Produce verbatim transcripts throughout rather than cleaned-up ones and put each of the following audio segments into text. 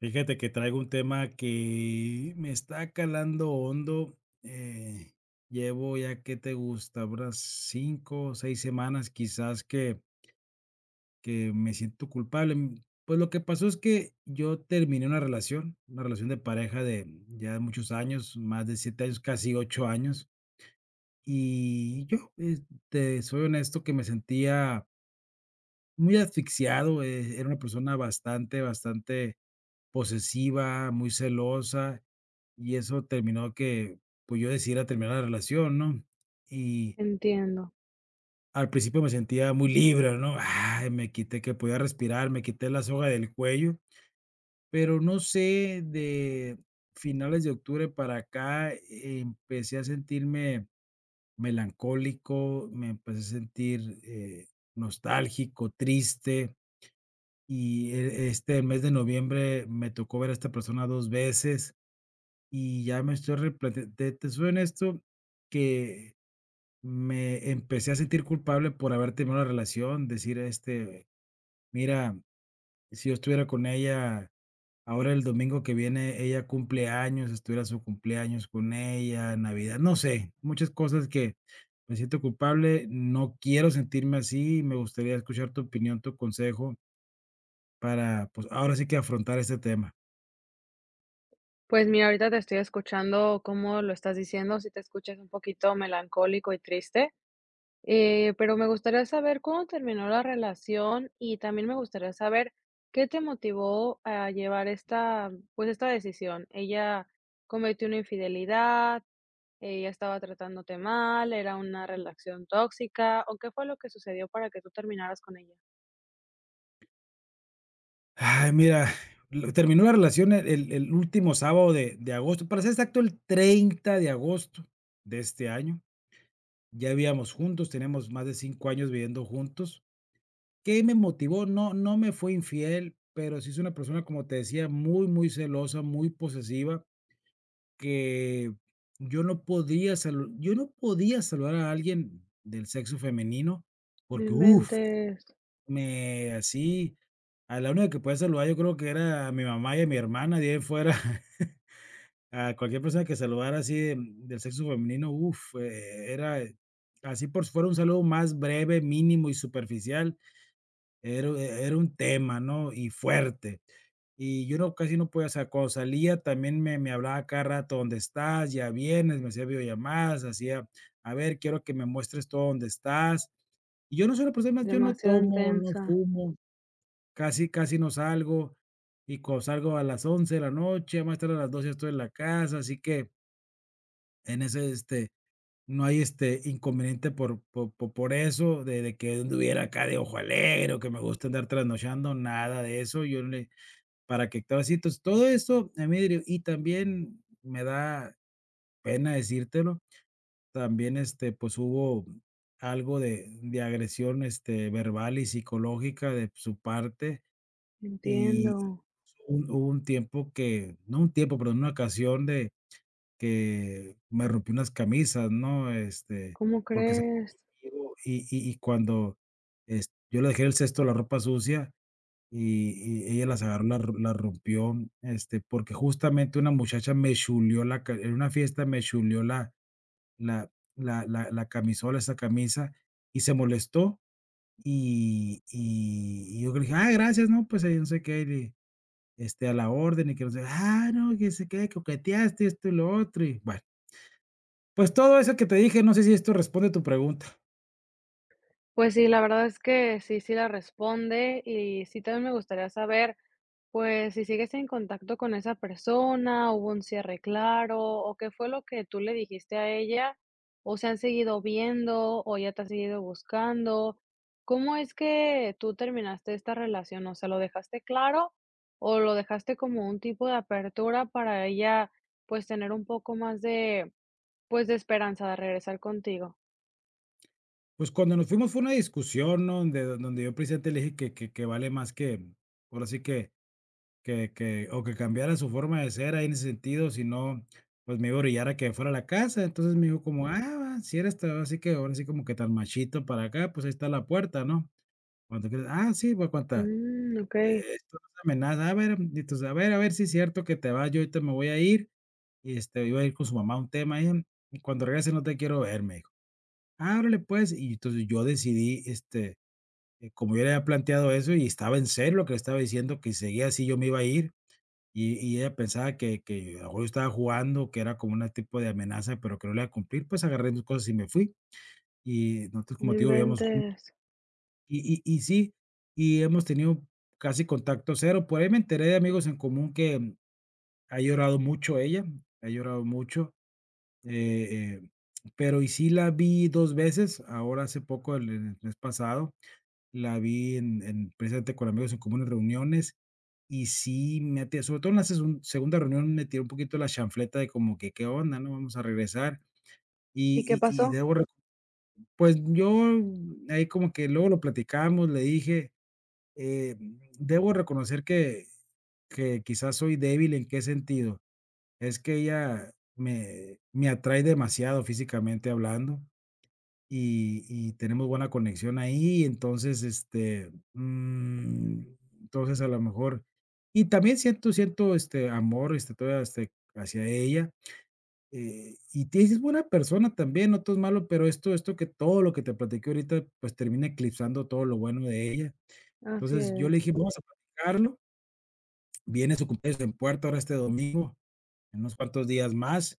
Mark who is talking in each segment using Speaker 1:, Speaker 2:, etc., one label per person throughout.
Speaker 1: Fíjate que traigo un tema que me está calando hondo. eh, Llevo ya, ¿que te gusta? Unas cinco o seis semanas quizás que, que me siento culpable. Mm, Pues lo que pasó es que yo terminé una relación, una relación de pareja de ya muchos años, más de siete años, casi ocho años. Y yo, eh, te soy honesto, que me sentía muy asfixiado. Eh, era una persona bastante, bastante posesiva, muy celosa. Y eso terminó que, pues, yo decidiera terminar la relación, ¿no? Y
Speaker 2: Entiendo.
Speaker 1: al principio me sentía muy libre, ¿no? Ay, me quité, que podía respirar, me quité la soga del cuello, pero no sé, de finales de octubre para acá eh, empecé a sentirme melancólico, me empecé a sentir, eh, nostálgico, triste, y e este mes de noviembre me tocó ver a esta persona dos veces. Y ya me estoy replanteando. Te te soy honesto que me empecé a sentir culpable por haber terminado la relación, decir, este, mira, si yo estuviera con ella ahora, el domingo que viene ella cumple años, estuviera su cumpleaños con ella, Navidad, no sé, muchas cosas, que me siento culpable, no quiero sentirme así, me gustaría escuchar tu opinión, tu consejo para, pues, ahora sí que afrontar este tema.
Speaker 2: Pues mira, ahorita te estoy escuchando cómo lo estás diciendo, si te escuchas un poquito melancólico y triste, eh, pero me gustaría saber cómo terminó la relación y también me gustaría saber qué te motivó a llevar esta, pues esta decisión. ¿Ella cometió una infidelidad? ¿Ella estaba tratándote mal? ¿Era una relación tóxica? ¿O qué fue lo que sucedió para que tú terminaras con ella?
Speaker 1: Ay, mira, lo terminó la relación el el el último sábado de de agosto, para ser exacto, el treinta de agosto de este año. Ya vivíamos juntos, tenemos más de cinco años viviendo juntos. ¿Qué me motivó? No, no me fue infiel, pero sí es una persona, como te decía, muy, muy celosa, muy posesiva, que yo no podía salu yo no podía saludar a alguien del sexo femenino
Speaker 2: No
Speaker 1: porque, uff.
Speaker 2: inventes,
Speaker 1: Me así, a la única que podía saludar, yo creo que era a mi mamá y a mi hermana, de ahí en fuera, a cualquier persona que saludara así de, mm, del sexo femenino, uf, eh, era eh, así, por si fuera un saludo más breve, mínimo y superficial, era, era un tema, ¿no? Y fuerte. Y yo no, casi no podía, o sea, cuando salía también me, me hablaba cada rato, ¿dónde estás? ¿Ya vienes? Me hacía videollamadas, hacía, a ver, quiero que me muestres todo, dónde estás. Y yo no soy una persona, yo no
Speaker 2: demasiado
Speaker 1: tomo, no
Speaker 2: intensa.
Speaker 1: fumo, casi casi no salgo, y cuando salgo a las once de la noche, más tarde a las doce estoy en la casa, así que en ese, este, no hay, este, inconveniente por por po por eso, de de que anduviera acá de ojo alegre, o que me gusta andar trasnochando, nada de eso, yo le para que todo así, entonces, todo eso a mí dir, y también me da pena decírtelo, también, este, pues, hubo algo de de agresión, este, verbal y psicológica de su parte. Y
Speaker 2: Entiendo.
Speaker 1: un hubo un tiempo que no un tiempo, pero en una ocasión de que me rompí unas camisas, ¿no? Este,
Speaker 2: ¿Cómo
Speaker 1: porque se
Speaker 2: crees?
Speaker 1: conmigo y y y cuando, es yo le dejé en el cesto la ropa sucia y y ella las agarró, la ro las rompió, este, porque justamente una muchacha me chuleó la ca en una fiesta me chuleó la la la la la camisola, esa camisa, y se molestó, y y y yo le dije: "Ah, gracias, no, pues ahí no sé qué", este, a la orden, y que no sé, ah, no, que se quede, coqueteaste esto y lo otro, y bueno, pues todo eso que te dije, no sé si esto responde a tu pregunta.
Speaker 2: Pues sí, la verdad es que sí, sí la responde y sí también me gustaría saber, pues, si sigues en contacto con esa persona, hubo un cierre claro o qué fue lo que tú le dijiste a ella, o se han seguido viendo o ya te has seguido buscando. ¿Cómo es que tú terminaste esta relación? O sea, ¿lo dejaste claro o lo dejaste como un tipo de apertura para ella, pues, tener un poco más de, pues, de esperanza de regresar contigo?
Speaker 1: Pues cuando nos fuimos fue una discusión, ¿no? Donde donde yo precisamente le dije que que que vale más que, ahora sí que que que o que cambiara su forma de ser ahí en ese sentido, si no, pues me iba a orillar a que fuera a la casa. Entonces me dijo como: "Ah, si eres tan así, que ahora sí, como que tan machito para acá, pues ahí está la puerta", ¿no? Cuando quieras, ah, sí, voy a contar.
Speaker 2: Mm, ok.
Speaker 1: Esto no es amenaza, a ver, entonces, a ver, a ver si es cierto que te vas, yo ahorita me voy a ir, y este, iba a ir con su mamá a un tema ahí, y em, cuando regrese no te quiero ver, me dijo. Ah, órale, pues, y entonces yo decidí, este, eh, como yo le había planteado eso y estaba en serio lo que le estaba diciendo, que seguía así yo me iba a ir, y y ella pensaba que que a lo mejor yo estaba jugando, que era como una tipo de amenaza, pero que no le iba a cumplir, pues, agarré mis cosas y me fui, y nosotros,
Speaker 2: No
Speaker 1: como te digo, vivíamos juntos,
Speaker 2: inventes.
Speaker 1: y y y sí, y hemos tenido casi contacto cero, por ahí me enteré de amigos en común que ha llorado mucho ella, ha llorado mucho, eh, eh, pero y sí la vi dos veces, ahora hace poco, el el mes pasado, la vi en en precisamente con amigos en comunes reuniones, y sí me ati sobre todo en la segun segunda reunión me tiró un poquito la chanfleta de como que: "¿Qué onda, no? Vamos a regresar".
Speaker 2: ¿Y qué
Speaker 1: Y y y
Speaker 2: pasó?
Speaker 1: debo reco Pues yo ahí como que luego lo platicamos, le dije, eh, debo reconocer que que quizás soy débil, ¿en qué sentido? Es que ella me me atrae demasiado físicamente hablando, y y tenemos buena conexión ahí, entonces, este, mm, entonces, a lo mejor, y también siento siento, este, amor, este, todavía, este, hacia ella, eh, y te dices, buena persona también, no todo es malo, pero esto esto que, todo lo que te platiqué ahorita, pues, termina eclipsando todo lo bueno de ella.
Speaker 2: Así
Speaker 1: Entonces, yo le
Speaker 2: es.
Speaker 1: dije: "Vamos a platicarlo". Viene su cumpleaños en puerta ahora este domingo, en unos cuantos días más.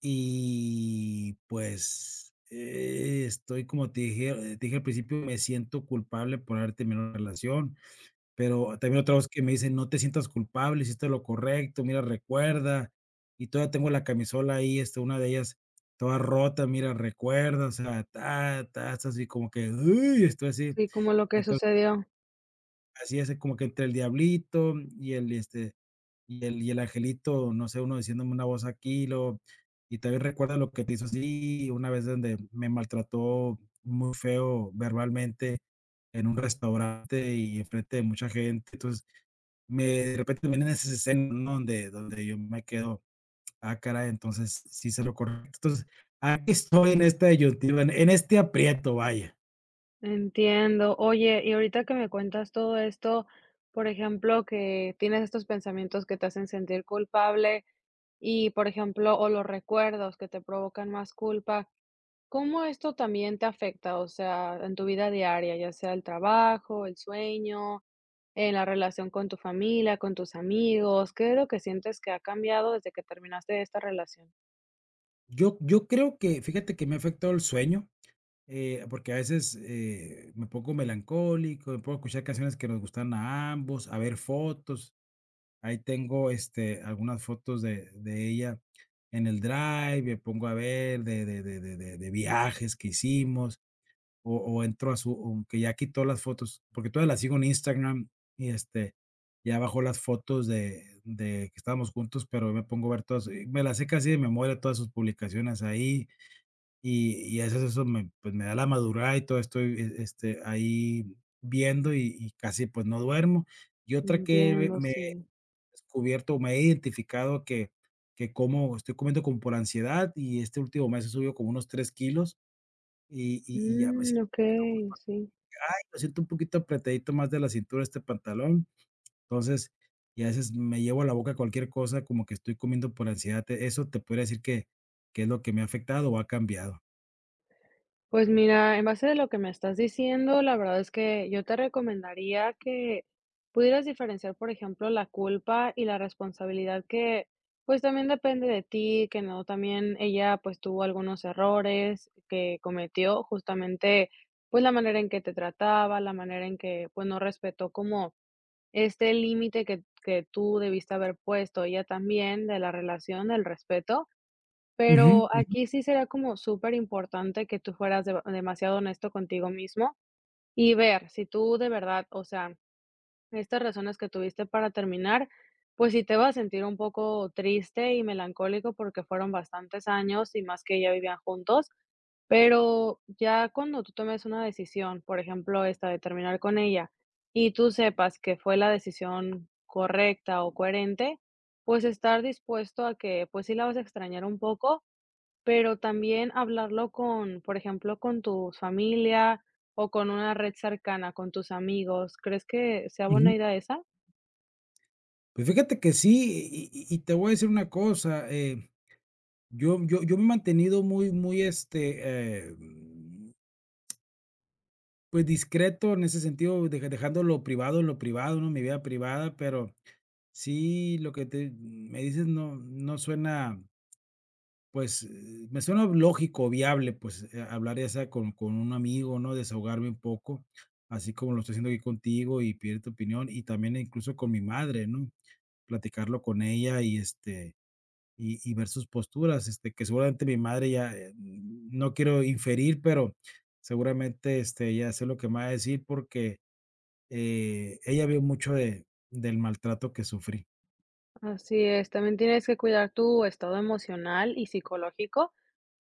Speaker 1: Y pues, eh, estoy como te dije, eh, te dije al principio, me siento culpable por haber terminado la relación, pero también otra voz que me dice: "No te sientas culpable, hiciste lo correcto, mira, recuerda", y todavía tengo la camisola ahí, este, una de ellas toda rota, "Mira, recuerda", o sea, ta, ta, es así como que, uy, estoy así.
Speaker 2: Sí, como lo que
Speaker 1: Entonces,
Speaker 2: sucedió.
Speaker 1: así es, como que entre el diablito y el, este, y el y el angelito, no sé, uno diciéndome una voz aquí, lo, y también recuerda lo que te hizo así, una vez donde me maltrató muy feo verbalmente en un restaurante y enfrente de mucha gente. Entonces, me, de repente me vienen esas escenas, ¿no? Donde donde yo me quedo, ah, caray, entonces sí se lo correcto. Entonces, aquí estoy en esta disyuntiva, en en este aprieto, vaya.
Speaker 2: Entiendo. Oye, y ahorita que me cuentas todo esto, por ejemplo, que tienes estos pensamientos que te hacen sentir culpable y, por ejemplo, o los recuerdos que te provocan más culpa, ¿cómo esto también te afecta? O sea, en tu vida diaria, ya sea el trabajo, el sueño, en la relación con tu familia, con tus amigos, ¿qué es lo que sientes que ha cambiado desde que terminaste esta relación?
Speaker 1: Yo yo creo que, fíjate que me ha afectado el sueño. Eh, porque a veces, eh, me pongo melancólico, me pongo a escuchar canciones que nos gustan a ambos, a ver fotos. Ahí tengo, este, algunas fotos de de ella en el Drive, me pongo a ver de de de de de de viajes que hicimos, o o entro a su, aunque ya quitó las fotos, porque todavía las sigo en Instagram, y, este, ya bajó las fotos de de que estábamos juntos, pero me pongo a ver todas, eh, me las sé casi de memoria todas sus publicaciones ahí. Y y a veces eso me, pues, me da la madrugada y todo estoy, e este, ahí viendo, y y casi, pues, no duermo. Y otra que me
Speaker 2: Entiendo,
Speaker 1: me he
Speaker 2: sí.
Speaker 1: descubierto o me he identificado, que que como estoy comiendo como por ansiedad, y este último mes he subido como unos tres kilos, y y y ya me
Speaker 2: Mm,
Speaker 1: siento un poquito
Speaker 2: okey,
Speaker 1: mal,
Speaker 2: sí.
Speaker 1: me siento un poquito apretadito más de la cintura este pantalón. Entonces, y a veces me llevo a la boca cualquier cosa, como que estoy comiendo por ansiedad. Te- Eso te podría decir que que es lo que me ha afectado o ha cambiado.
Speaker 2: Pues mira, en base de lo que me estás diciendo, la verdad es que yo te recomendaría que pudieras diferenciar, por ejemplo, la culpa y la responsabilidad que, pues, también depende de ti, que no también ella, pues, tuvo algunos errores que cometió, justamente, pues, la manera en que te trataba, la manera en que, pues, no respetó como este límite que que tú debiste haber puesto, ella también, de la relación, del respeto.
Speaker 1: Ujú,
Speaker 2: Pero
Speaker 1: ujú,
Speaker 2: aquí sí será como súper importante que tú fueras dema demasiado honesto contigo mismo y ver si tú de verdad, o sea, estas razones que tuviste para terminar, pues sí te vas a sentir un poco triste y melancólico porque fueron bastantes años y más que ya vivían juntos, pero ya cuando tú tomes una decisión, por ejemplo, esta de terminar con ella, y tú sepas que fue la decisión correcta o coherente, pues estar dispuesto a que, pues sí la vas a extrañar un poco, pero también hablarlo con, por ejemplo, con tu familia o con una red cercana, con tus amigos. ¿Crees que sea
Speaker 1: ujú.
Speaker 2: buena idea esa?
Speaker 1: Pues fíjate que sí, y y y te voy a decir una cosa, eh, yo yo yo me he mantenido muy muy, este, eh, mm, pues, discreto en ese sentido, deja dejando lo privado en lo privado, ¿no? Mi vida privada, pero sí, lo que te me dices no no suena, pues, eh, me suena lógico, viable, pues, eh, hablar ya sea con con un amigo, ¿no? Desahogarme un poco, así como lo estoy haciendo aquí contigo y pedir tu opinión, y también incluso con mi madre, ¿no? Platicarlo con ella y, este y y ver sus posturas, este, que seguramente mi madre ya, eh, no quiero inferir, pero seguramente, este, ella sé lo que me va a decir porque, eh, ella vio mucho de del maltrato que sufrí.
Speaker 2: Así es, también tienes que cuidar tu estado emocional y psicológico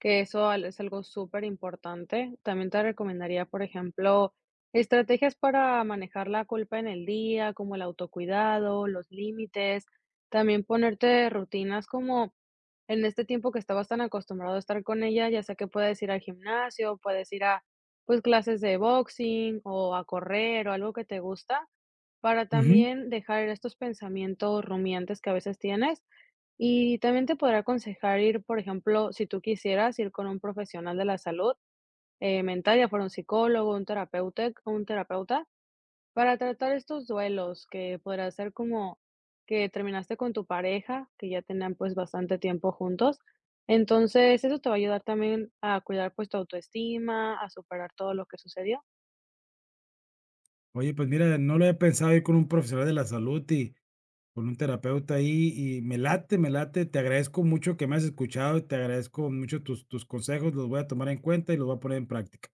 Speaker 2: que eso al es algo súper importante. También te recomendaría, por ejemplo, estrategias para manejar la culpa en el día, como el autocuidado, los límites, también ponerte rutinas como en este tiempo que estabas tan acostumbrado a estar con ella, ya sea que puedes ir al gimnasio, puedes ir a, pues, clases de boxing o a correr o algo que te gusta, para
Speaker 1: Ujú.
Speaker 2: también dejar estos pensamientos rumiantes que a veces tienes y también te podrá aconsejar ir, por ejemplo, si tú quisieras ir con un profesional de la salud eh, mental, ya fuera un psicólogo, un terapeuta, un terapeuta, para tratar estos duelos que podrá ser como que terminaste con tu pareja, que ya tenían pues bastante tiempo juntos. Entonces, eso te va a ayudar también a cuidar pues tu autoestima, a superar todo lo que sucedió.
Speaker 1: Oye, pues mira, no lo había pensado ir con un profesional de la salud y con un terapeuta ahí, y me late, me late. Te agradezco mucho que me has escuchado, y te agradezco mucho tus tus consejos, los voy a tomar en cuenta y los voy a poner en práctica.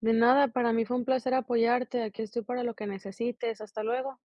Speaker 2: De nada, para mí fue un placer apoyarte. Aquí estoy para lo que necesites. Hasta luego.